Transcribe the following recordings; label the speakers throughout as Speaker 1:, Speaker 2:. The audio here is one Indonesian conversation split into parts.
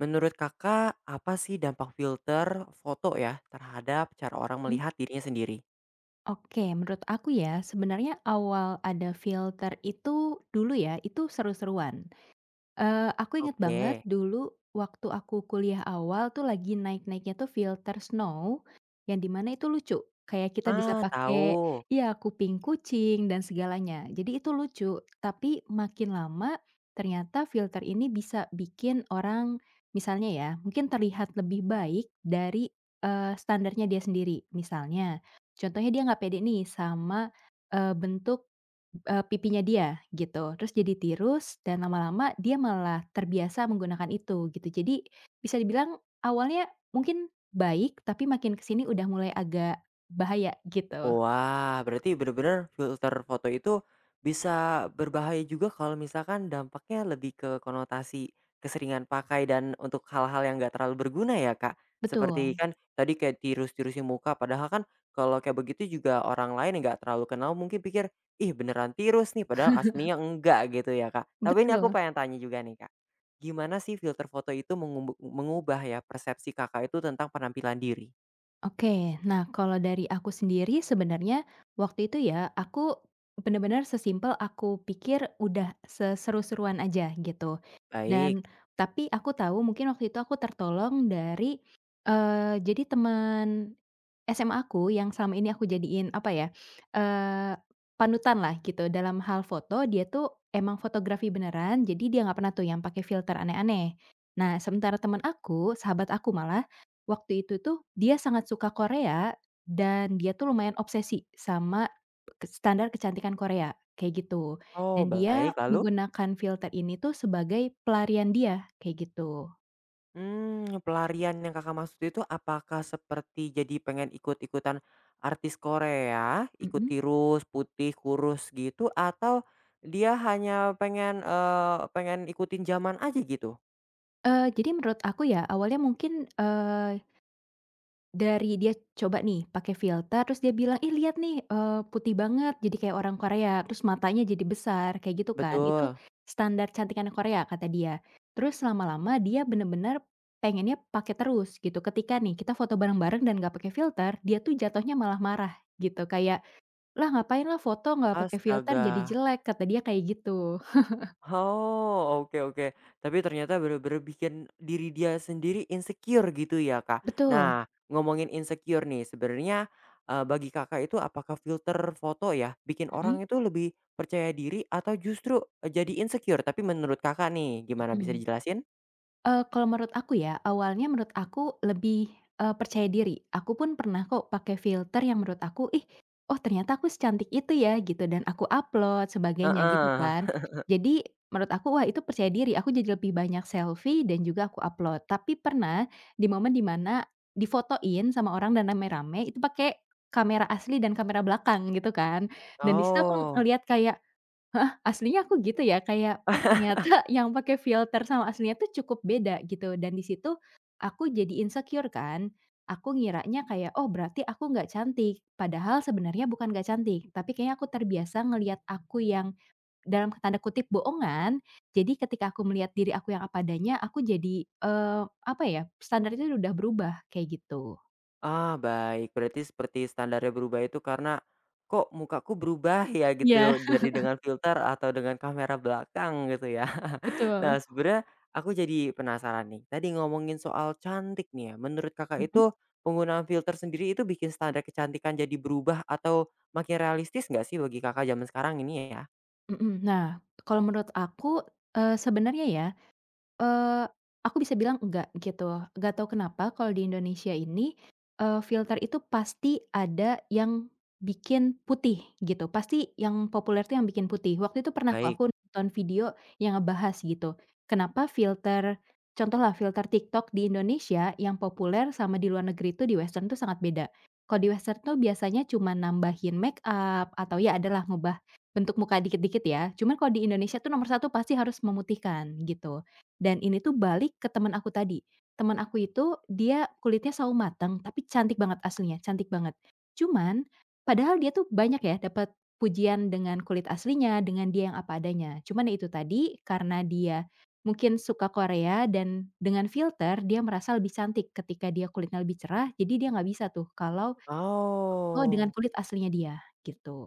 Speaker 1: Menurut Kakak, apa sih dampak filter foto ya terhadap cara orang
Speaker 2: Mmm,
Speaker 1: melihat dirinya sendiri?
Speaker 2: oke, menurut aku ya, sebenarnya awal ada filter itu dulu ya, itu seru-seruan. Aku inget banget
Speaker 1: Oke.
Speaker 2: dulu waktu aku kuliah awal tuh lagi naik-naiknya tuh filter snow, yang di mana itu lucu, kayak kita bisa
Speaker 1: Ah,
Speaker 2: pakai
Speaker 1: tahu.
Speaker 2: iya, kuping kucing dan segalanya. Jadi itu lucu, tapi makin lama ternyata filter ini bisa bikin orang misalnya ya, mungkin terlihat lebih baik dari, standarnya dia sendiri. Misalnya, contohnya dia nggak pede nih sama, bentuk pipinya dia gitu, terus jadi tirus dan lama-lama dia malah terbiasa menggunakan itu gitu. Jadi bisa dibilang awalnya mungkin baik, tapi makin ke sini udah mulai agak bahaya gitu.
Speaker 1: Wah, berarti bener-bener filter foto itu bisa berbahaya juga kalau misalkan dampaknya lebih ke konotasi keseringan pakai dan untuk hal-hal yang nggak terlalu berguna ya, Kak. Seperti
Speaker 2: Betul
Speaker 1: kan tadi kayak tirus-tirusin muka, padahal kan kalau kayak begitu juga orang lain yang nggak terlalu kenal mungkin pikir, ih beneran tirus nih, padahal aslinya enggak gitu ya, Kak. Tapi ini aku
Speaker 2: betul.
Speaker 1: pengen tanya juga nih, Kak. Gimana sih filter foto itu mengubah ya persepsi kakak itu tentang penampilan diri?
Speaker 2: Oke, nah kalau dari aku sendiri sebenarnya waktu itu ya aku bener-bener sesimpel aku pikir udah seseru-seruan aja gitu dan
Speaker 1: Baik.
Speaker 2: tapi aku tahu mungkin waktu itu aku tertolong dari, jadi teman SMA aku yang selama ini aku jadiin apa ya, eee, panutan lah gitu dalam hal foto, dia tuh emang fotografi beneran, jadi dia nggak pernah tuh yang pakai filter aneh-aneh. Nah, sementara teman aku, sahabat aku malah, waktu itu tuh dia sangat suka Korea dan dia tuh lumayan obsesi sama ke standar kecantikan Korea, kayak gitu.
Speaker 1: Oh,
Speaker 2: Dan dia
Speaker 1: baik. Lalu?
Speaker 2: menggunakan filter ini tuh sebagai pelarian dia, kayak gitu.
Speaker 1: Hmm pelarian yang Kakak maksud itu apakah seperti jadi pengen ikut-ikutan artis Korea, ikut
Speaker 2: Mhm.
Speaker 1: tirus, putih, kurus gitu atau dia hanya pengen, pengen ikutin zaman aja gitu?
Speaker 2: Jadi menurut aku ya awalnya mungkin, dari dia coba nih pakai filter terus dia bilang, "Ih lihat nih, putih banget jadi kayak orang Korea," terus matanya jadi besar kayak gitu kan, itu
Speaker 1: Betul,
Speaker 2: standar cantik anak Korea kata dia. Terus lama-lama dia bener-bener pengennya pakai terus gitu, ketika nih kita foto bareng-bareng dan nggak pakai filter, dia tuh jatuhnya malah marah gitu, kayak, "Lah ngapain lah foto nggak pakai filter jadi
Speaker 1: astaga.
Speaker 2: jelek," kata dia kayak gitu.
Speaker 1: Oh, oke oke. Tapi ternyata bener-bener bikin diri dia sendiri insecure gitu ya, Kak.
Speaker 2: Betul,
Speaker 1: Nah, ngomongin insecure nih, sebenarnya, bagi Kakak itu apakah filter foto ya, bikin
Speaker 2: mhm
Speaker 1: orang itu lebih percaya diri atau justru, jadi insecure? Tapi menurut Kakak nih, gimana bisa
Speaker 2: mhm.
Speaker 1: dijelasin?
Speaker 2: Kalau menurut aku ya, awalnya menurut aku lebih, percaya diri. Aku pun pernah kok pakai filter yang menurut aku, "Ih, oh ternyata aku secantik itu ya," gitu, dan aku upload sebagainya gitu
Speaker 1: Heeh.
Speaker 2: kan. Jadi menurut aku, wah itu percaya diri, aku jadi lebih banyak selfie dan juga aku upload. Tapi pernah di momen di mana difotoin sama orang dan rame-rame, itu pakai kamera asli dan kamera belakang gitu kan, dan di situ aku
Speaker 1: Oh.
Speaker 2: ngelihat kayak Heeh, aslinya aku gitu ya kayak, oh ternyata yang pakai filter sama aslinya tuh cukup beda gitu dan di situ aku jadi insecure kan. Aku ngiranya kayak, oh berarti aku nggak cantik, padahal sebenarnya bukan nggak cantik, tapi kayaknya aku terbiasa ngelihat aku yang dalam tanda kutip "bohongan". Jadi ketika aku melihat diri aku yang apa adanya, aku jadi, apa ya, standar itu udah berubah kayak gitu.
Speaker 1: Ah, baik. Berarti seperti standarnya berubah itu karena, "Kok mukaku berubah ya?" Gitu,
Speaker 2: Iya,
Speaker 1: loh, dari dengan filter atau dengan kamera belakang gitu ya.
Speaker 2: betul.
Speaker 1: Nah, sebenarnya aku jadi penasaran nih, tadi ngomongin soal cantik nih ya, menurut Kakak
Speaker 2: Mhm
Speaker 1: itu penggunaan filter sendiri itu bikin standar kecantikan jadi berubah atau makin realistis nggak sih bagi Kakak zaman sekarang ini ya?
Speaker 2: mhm. Nah, kalau menurut aku, sebenarnya ya Eee, aku bisa bilang enggak gitu, nggak tahu kenapa kalau di Indonesia ini, filter itu pasti ada yang bikin putih gitu, pasti yang populer tuh yang bikin putih. Waktu itu pernah kok
Speaker 1: Baik.
Speaker 2: aku nonton video yang ngebahas gitu, kenapa filter contohlah filter TikTok di Indonesia yang populer sama di luar negeri itu di western tuh sangat beda. Kalau di western tuh biasanya cuma nambahin make up atau ya adalah ngubah bentuk muka dikit-dikit ya, cuman kalau di Indonesia tuh nomor satu pasti harus memutihkan gitu. Dan ini tuh balik ke teman aku tadi. Teman aku itu dia kulitnya sawo mateng, tapi cantik banget aslinya, cantik banget. Cuman, padahal dia tuh banyak ya dapat pujian dengan kulit aslinya, dengan dia yang apa adanya. Cuman ya itu tadi, karena dia mungkin suka Korea dan dengan filter dia merasa lebih cantik ketika dia kulitnya lebih cerah, jadi dia nggak bisa tuh kalau oh dengan
Speaker 1: Oh.
Speaker 2: kulit aslinya dia, gitu.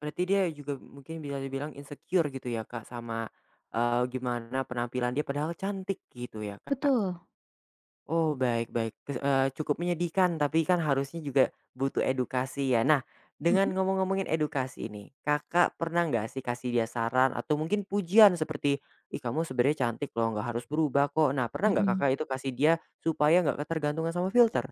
Speaker 1: Berarti dia juga mungkin bisa dibilang insecure gitu ya, Kak, sama, gimana penampilan dia padahal cantik gitu ya, Kak?
Speaker 2: Betul,
Speaker 1: Oh, baik baik, cukup menyedihkan, tapi kan harusnya juga butuh edukasi ya. Nah, dengan
Speaker 2: mhm
Speaker 1: ngomong-ngomongin edukasi ini Kakak pernah nggak sih kasih dia saran atau mungkin pujian seperti, "Ih, kamu sebenarnya cantik loh, nggak harus berubah kok." Nah, pernah nggak
Speaker 2: mhm.
Speaker 1: Kakak itu kasih dia supaya nggak ketergantungan sama filter?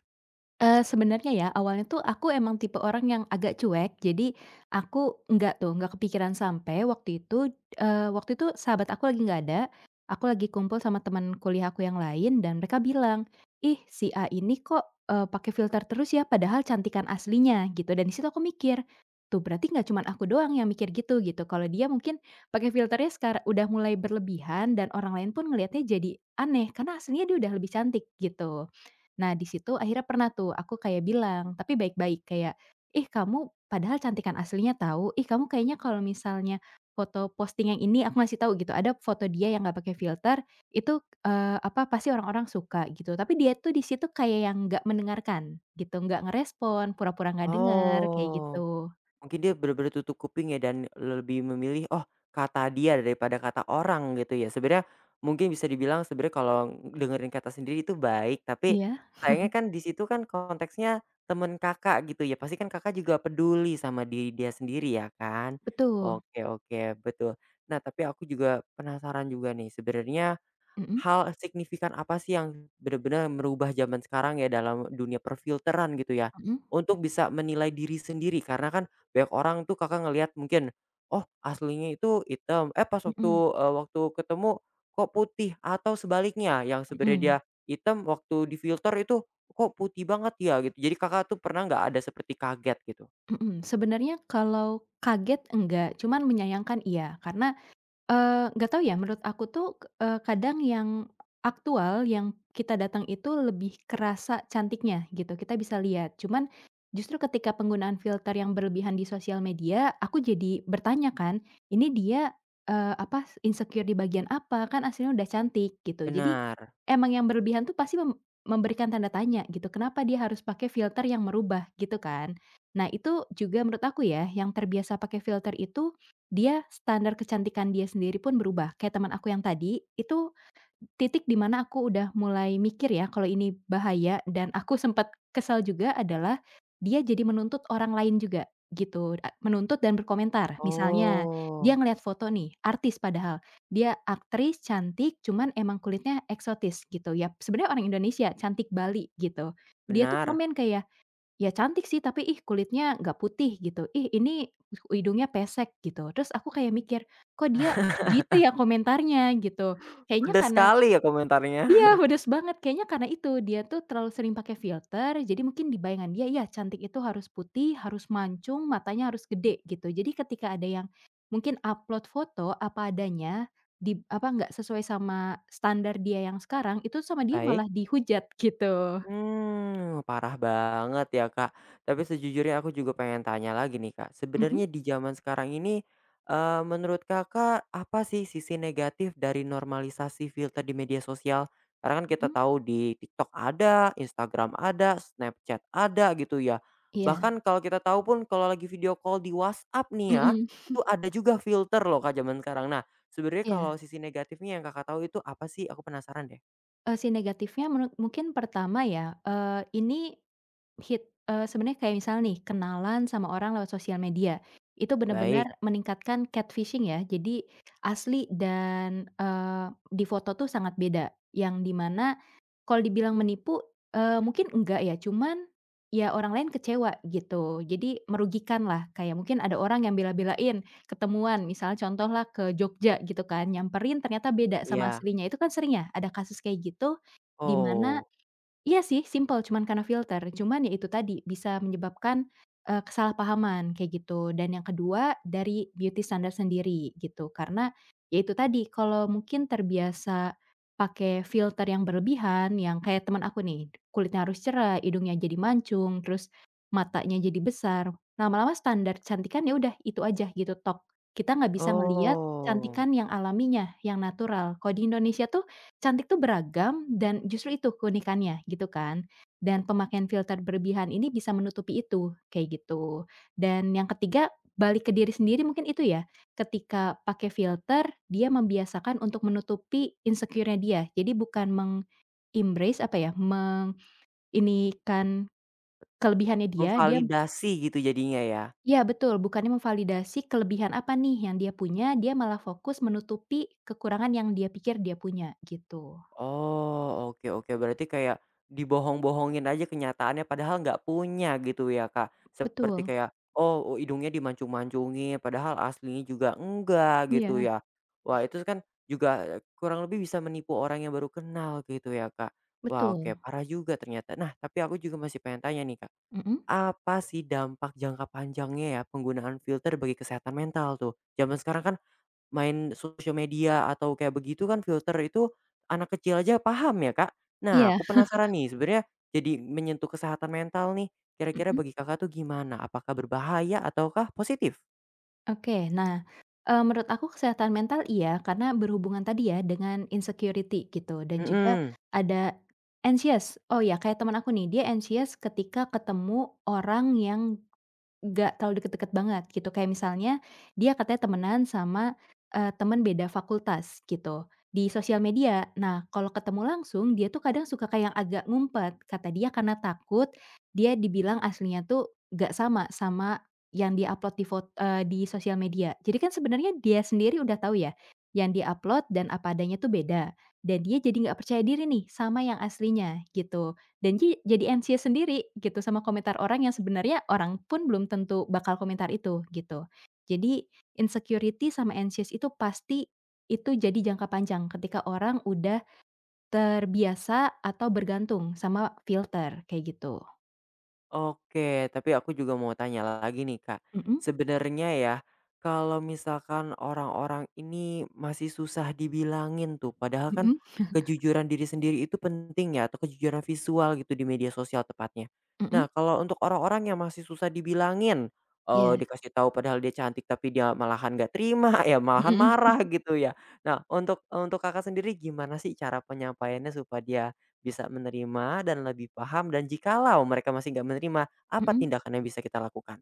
Speaker 2: Sebenarnya ya, awalnya tuh aku emang tipe orang yang agak cuek, jadi aku enggak tuh, enggak kepikiran sampai waktu itu, waktu itu sahabat aku lagi nggak ada, aku lagi kumpul sama teman kuliah aku yang lain dan mereka bilang, "Ih, si A ini kok, pakai filter terus ya, padahal cantikan aslinya," gitu. Dan di situ aku mikir, "Tuh, berarti nggak cuman aku doang yang mikir gitu," gitu. Kalau dia mungkin pakai filternya sekar udah mulai berlebihan dan orang lain pun ngelihatnya jadi aneh, karena aslinya dia udah lebih cantik, gitu. Nah, di situ akhirnya pernah tuh aku kayak bilang, tapi baik-baik kayak, "Ih, kamu padahal cantikan aslinya tahu. Ih, kamu kayaknya kalau misalnya foto posting yang ini" aku ngasih tahu gitu, ada foto dia yang nggak pakai filter, itu, apa, pasti orang-orang suka gitu. Tapi dia tuh di situ kayak yang nggak mendengarkan gitu, nggak ngerespon, pura-pura nggak dengar, kayak
Speaker 1: Oh.
Speaker 2: gitu.
Speaker 1: Mungkin dia benar-benar tutup kuping ya dan lebih memilih, "Oh, kata dia," daripada kata orang gitu ya. Sebenarnya mungkin bisa dibilang sebenarnya kalau dengerin kata sendiri itu baik, tapi
Speaker 2: Iya,
Speaker 1: sayangnya kan di situ kan konteksnya temen Kakak gitu ya, pasti kan Kakak juga peduli sama diri dia sendiri ya kan?
Speaker 2: betul.
Speaker 1: Oke oke, betul. Nah, tapi aku juga penasaran juga nih sebenarnya
Speaker 2: Mhm
Speaker 1: Hal signifikan apa sih yang benar-benar merubah zaman sekarang ya dalam dunia perfilteran gitu ya,
Speaker 2: mhm
Speaker 1: untuk bisa menilai diri sendiri? Karena kan banyak orang tuh Kakak ngelihat mungkin, oh aslinya itu hitam, eh pas waktu,
Speaker 2: mhm
Speaker 1: waktu ketemu kok putih atau sebaliknya yang sebenarnya dia
Speaker 2: mhm
Speaker 1: hitam waktu difilter itu kok putih banget ya gitu. Jadi Kakak tuh pernah nggak ada seperti kaget gitu?
Speaker 2: mhm. Sebenarnya kalau kaget enggak, cuman menyayangkan iya, karena nggak tahu ya, menurut aku tuh, kadang yang aktual, yang kita datang itu lebih kerasa cantiknya gitu, kita bisa lihat. Cuman justru ketika penggunaan filter yang berlebihan di sosial media, aku jadi bertanya kan, ini dia, apa, insecure di bagian apa? Kan aslinya udah cantik gitu. Jadi
Speaker 1: Benar.
Speaker 2: emang yang berlebihan tuh pasti memberikan tanda tanya gitu, kenapa dia harus pakai filter yang merubah gitu kan. Nah itu juga menurut aku ya, yang terbiasa pakai filter itu dia standar kecantikan dia sendiri pun berubah, kayak teman aku yang tadi, itu titik di mana aku udah mulai mikir ya kalau ini bahaya dan aku sempat kesal juga adalah dia jadi menuntut orang lain juga gitu, a menuntut dan berkomentar. Misalnya dia
Speaker 1: Oh,
Speaker 2: ngelihat foto nih, artis padahal, dia aktris cantik cuman emang kulitnya eksotis gitu, ya sebenarnya orang Indonesia, cantik Bali gitu. Dia tuh
Speaker 1: benar.
Speaker 2: komen kayak ya cantik sih, tapi, ih kulitnya nggak putih gitu, ih ini hidungnya pesek gitu. Terus aku kayak mikir, kok dia gitu ya komentarnya gitu. Kayaknya
Speaker 1: Pedes
Speaker 2: karena
Speaker 1: sekali ya komentarnya.
Speaker 2: iya pedes banget, kayaknya karena itu, dia tuh terlalu sering pakai filter, jadi mungkin di bayangan dia, ya cantik itu harus putih, harus mancung, matanya harus gede gitu. Jadi ketika ada yang mungkin upload foto apa adanya, di apa, nggak sesuai sama standar dia yang sekarang, itu sama dia malah
Speaker 1: Baik.
Speaker 2: dihujat gitu.
Speaker 1: Hmm parah banget ya, Kak. Tapi sejujurnya aku juga pengen tanya lagi nih, Kak.
Speaker 2: Mhm
Speaker 1: Sebenarnya di zaman sekarang ini, menurut Kakak apa sih sisi negatif dari normalisasi filter di media sosial? Karena kan kita
Speaker 2: mhm,
Speaker 1: tahu di TikTok ada, Instagram ada, Snapchat ada gitu ya.
Speaker 2: iya,
Speaker 1: Bahkan kalau kita tahu pun kalau lagi video call di WhatsApp nih ya,
Speaker 2: mhm,
Speaker 1: itu ada juga filter loh, Kak, zaman sekarang. Nah, sebenarnya
Speaker 2: iya.
Speaker 1: kalau sisi negatifnya yang Kakak tahu itu apa sih? Aku penasaran deh.
Speaker 2: Si negatifnya menurut mungkin pertama ya, ini sebenarnya kayak misal nih, kenalan sama orang lewat sosial media, itu benar-benar
Speaker 1: Baik,
Speaker 2: meningkatkan catfishing ya. Jadi asli dan, di foto tuh sangat beda, yang dimana mana kalau dibilang menipu, mungkin enggak ya, cuman ya orang lain kecewa gitu. Jadi merugikan lah kayak mungkin ada orang yang bela-belain ketemuan, misalnya contoh lah ke Jogja gitu kan, nyamperin ternyata beda sama
Speaker 1: iya.
Speaker 2: aslinya. Itu kan sering ya, ada kasus kayak gitu, di mana
Speaker 1: Oh.
Speaker 2: iya sih, simpel, cuman karena filter. Cuman ya itu tadi, bisa menyebabkan, kesalahpahaman kayak gitu. Dan yang kedua, dari beauty standar sendiri gitu. Karena ya itu tadi, kalau mungkin terbiasa pakai filter yang berlebihan, yang kayak teman aku nih, kulitnya harus cerah, hidungnya jadi mancung, terus matanya jadi besar, lama-lama standar kecantikan ya udah itu aja gitu, tok. Kita nggak bisa ngelihat
Speaker 1: Oh.
Speaker 2: cantikan yang alaminya, yang natural. Kalau di Indonesia tuh cantik tuh beragam dan justru itu keunikannya gitu kan, dan pemakaian filter berlebihan ini bisa menutupi itu, kayak gitu. Dan yang ketiga, balik ke diri sendiri mungkin itu ya, ketika pakai filter dia membiasakan untuk menutupi insecure-nya dia. Jadi bukan meng-embrace apa ya, menginikan kelebihannya dia, dia
Speaker 1: Memvalidasi gitu jadinya ya?
Speaker 2: ya betul, bukannya memvalidasi kelebihan apa nih yang dia punya, dia malah fokus menutupi kekurangan yang dia pikir dia punya gitu.
Speaker 1: Oh, oke oke. Berarti kayak dibohong-bohongin aja kenyataannya padahal nggak punya gitu ya, Kak? Seperti
Speaker 2: Betul,
Speaker 1: kayak, oh, oh, hidungnya dimancung-mancungin padahal aslinya juga enggak gitu
Speaker 2: iya.
Speaker 1: ya. Wah, itu kan juga eh, kurang lebih bisa menipu orang yang baru kenal gitu ya, Kak? Wah,
Speaker 2: Betul,
Speaker 1: oke, parah juga ternyata. Nah, tapi aku juga masih pengen tanya nih, Kak.
Speaker 2: mhm,
Speaker 1: Apa sih dampak jangka panjangnya ya penggunaan filter bagi kesehatan mental tuh? Zaman sekarang kan Main sosial media atau kayak begitu kan filter itu anak kecil aja paham ya, Kak. Nah,
Speaker 2: iya.
Speaker 1: aku penasaran nih sebenarnya jadi menyentuh kesehatan mental nih, kira-kira
Speaker 2: mhm,
Speaker 1: bagi Kakak tuh gimana? Apakah berbahaya ataukah positif?
Speaker 2: oke. Nah, menurut aku kesehatan mental iya, karena berhubungan tadi ya dengan insecurity gitu dan juga
Speaker 1: Mhm.
Speaker 2: ada anxious. Oh ya, kayak teman aku nih, dia anxious ketika ketemu orang yang nggak terlalu deket-deket banget gitu, kayak misalnya dia katanya temenan sama, temen beda fakultas gitu, di sosial media. Nah, kalau ketemu langsung dia tuh kadang suka kayak yang agak ngumpet, kata dia karena takut dia dibilang aslinya tuh nggak sama, sama yang dia upload di di sosial media. Jadi kan sebenarnya dia sendiri udah tahu ya, yang dia upload dan apa adanya tuh beda, dan dia jadi nggak percaya diri nih sama yang aslinya gitu. Dan jadi MC sendiri gitu sama komentar orang yang sebenarnya orang pun belum tentu bakal komentar itu gitu. Jadi insecurity sama anxious itu pasti itu jadi jangka panjang ketika orang udah terbiasa atau bergantung sama filter kayak gitu.
Speaker 1: Oke, tapi aku juga mau tanya lagi nih Kak.
Speaker 2: Mhm
Speaker 1: Sebenarnya ya, kalau misalkan orang-orang ini masih susah dibilangin tuh, padahal kan
Speaker 2: mhm
Speaker 1: kejujuran diri sendiri itu penting ya, atau kejujuran visual gitu di media sosial tepatnya.
Speaker 2: mhm,
Speaker 1: Nah, kalau untuk orang-orang yang masih susah dibilangin, oh
Speaker 2: iya,
Speaker 1: dikasih tahu padahal dia cantik tapi dia malahan nggak terima, ya malahan
Speaker 2: mhm
Speaker 1: marah gitu ya. Nah, untuk Kakak sendiri gimana sih cara penyampaiannya supaya dia bisa menerima dan lebih paham dan jikalau mereka masih nggak menerima,
Speaker 2: mhm
Speaker 1: apa
Speaker 2: mhm.
Speaker 1: tindakan yang bisa kita lakukan?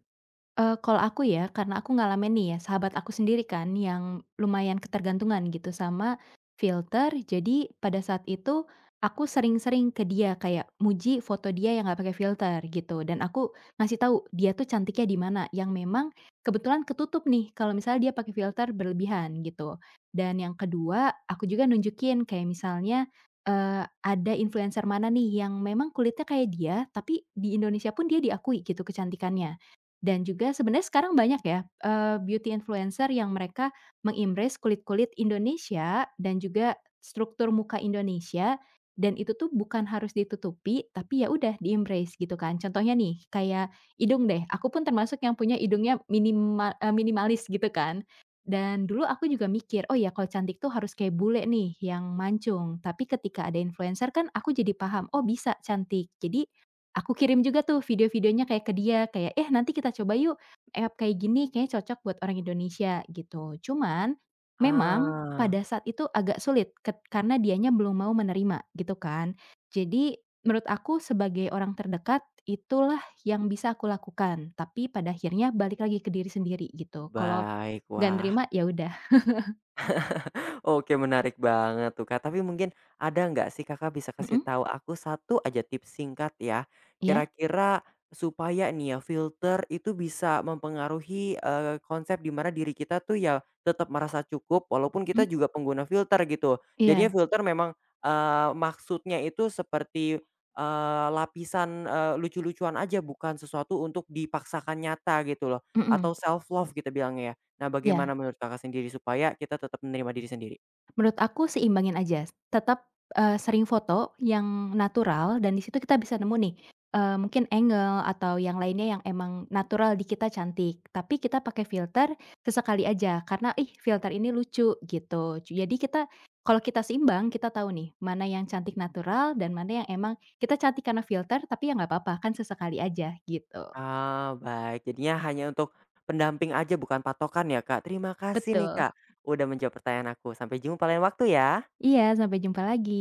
Speaker 2: Kalau aku ya, karena aku ngalamin nih ya, sahabat aku sendiri kan yang lumayan ketergantungan gitu sama filter. Jadi pada saat itu aku sering-sering ke dia kayak muji foto dia yang nggak pakai filter gitu, dan aku ngasih tahu dia tuh cantiknya di mana, yang memang kebetulan ketutup nih kalau misalnya dia pakai filter berlebihan gitu. Dan yang kedua, aku juga nunjukin kayak misalnya, ada influencer mana nih yang memang kulitnya kayak dia, tapi di Indonesia pun dia diakui gitu kecantikannya. Dan juga sebenarnya sekarang banyak ya, beauty influencer yang mereka mengimpress kulit-kulit Indonesia dan juga struktur muka Indonesia, dan itu tuh bukan harus ditutupi, tapi ya udah di gitu kan. Contohnya nih, kayak hidung deh, aku pun termasuk yang punya hidungnya minimal minimalis gitu kan. Dan dulu aku juga mikir, "Oh ya kalau cantik tuh harus kayak bule nih yang mancung." Tapi ketika ada influencer kan aku jadi paham, "Oh bisa cantik." Jadi aku kirim juga tuh video-videonya kayak ke dia, kayak, "Eh, nanti kita coba yuk app kayak gini, kayaknya cocok buat orang Indonesia," gitu. Cuman, memang
Speaker 1: Ah.
Speaker 2: pada saat itu agak sulit karena dianya belum mau menerima, gitu kan. Jadi, menurut aku sebagai orang terdekat, itulah yang bisa aku lakukan, tapi pada akhirnya balik lagi ke diri sendiri, gitu. Kalau
Speaker 1: Baik,
Speaker 2: nggak
Speaker 1: wah
Speaker 2: nerima, ya udah.
Speaker 1: Oke, menarik banget tuh, Kak. Tapi mungkin ada nggak sih Kakak bisa kasih
Speaker 2: Mm-mm,
Speaker 1: tahu aku satu aja tips singkat ya,
Speaker 2: ya, iya,
Speaker 1: kira-kira supaya nih ya filter itu bisa mempengaruhi, konsep di mana diri kita tuh ya tetap merasa cukup walaupun
Speaker 2: mhm,
Speaker 1: kita juga pengguna filter gitu.
Speaker 2: iya,
Speaker 1: Jadinya filter memang, maksudnya itu seperti, lapisan, lucu-lucuan aja bukan sesuatu untuk dipaksakan nyata gitu loh,
Speaker 2: mhm,
Speaker 1: atau self love kita bilangnya ya. Nah,
Speaker 2: iya.
Speaker 1: bagaimana menurut Kakak sendiri supaya kita tetap menerima diri sendiri?
Speaker 2: Menurut aku seimbangin aja, tetap, sering foto yang natural dan di situ kita bisa nemu nih, mungkin angle atau yang lainnya yang emang natural di kita cantik, tapi kita pakai filter sesekali aja karena, "Ih, filter ini lucu," gitu. Jadi kita kalau kita seimbang, kita tahu nih mana yang cantik natural dan mana yang emang kita cantik karena filter, tapi ya nggak apa-apa, kan sesekali aja gitu.
Speaker 1: Ah, baik. Jadinya hanya untuk pendamping aja bukan patokan ya, Kak. Terima kasih nih,
Speaker 2: Betul.
Speaker 1: Kak, udah menjawab pertanyaan aku. Sampai jumpa lain waktu ya.
Speaker 2: Iya, sampai jumpa lagi.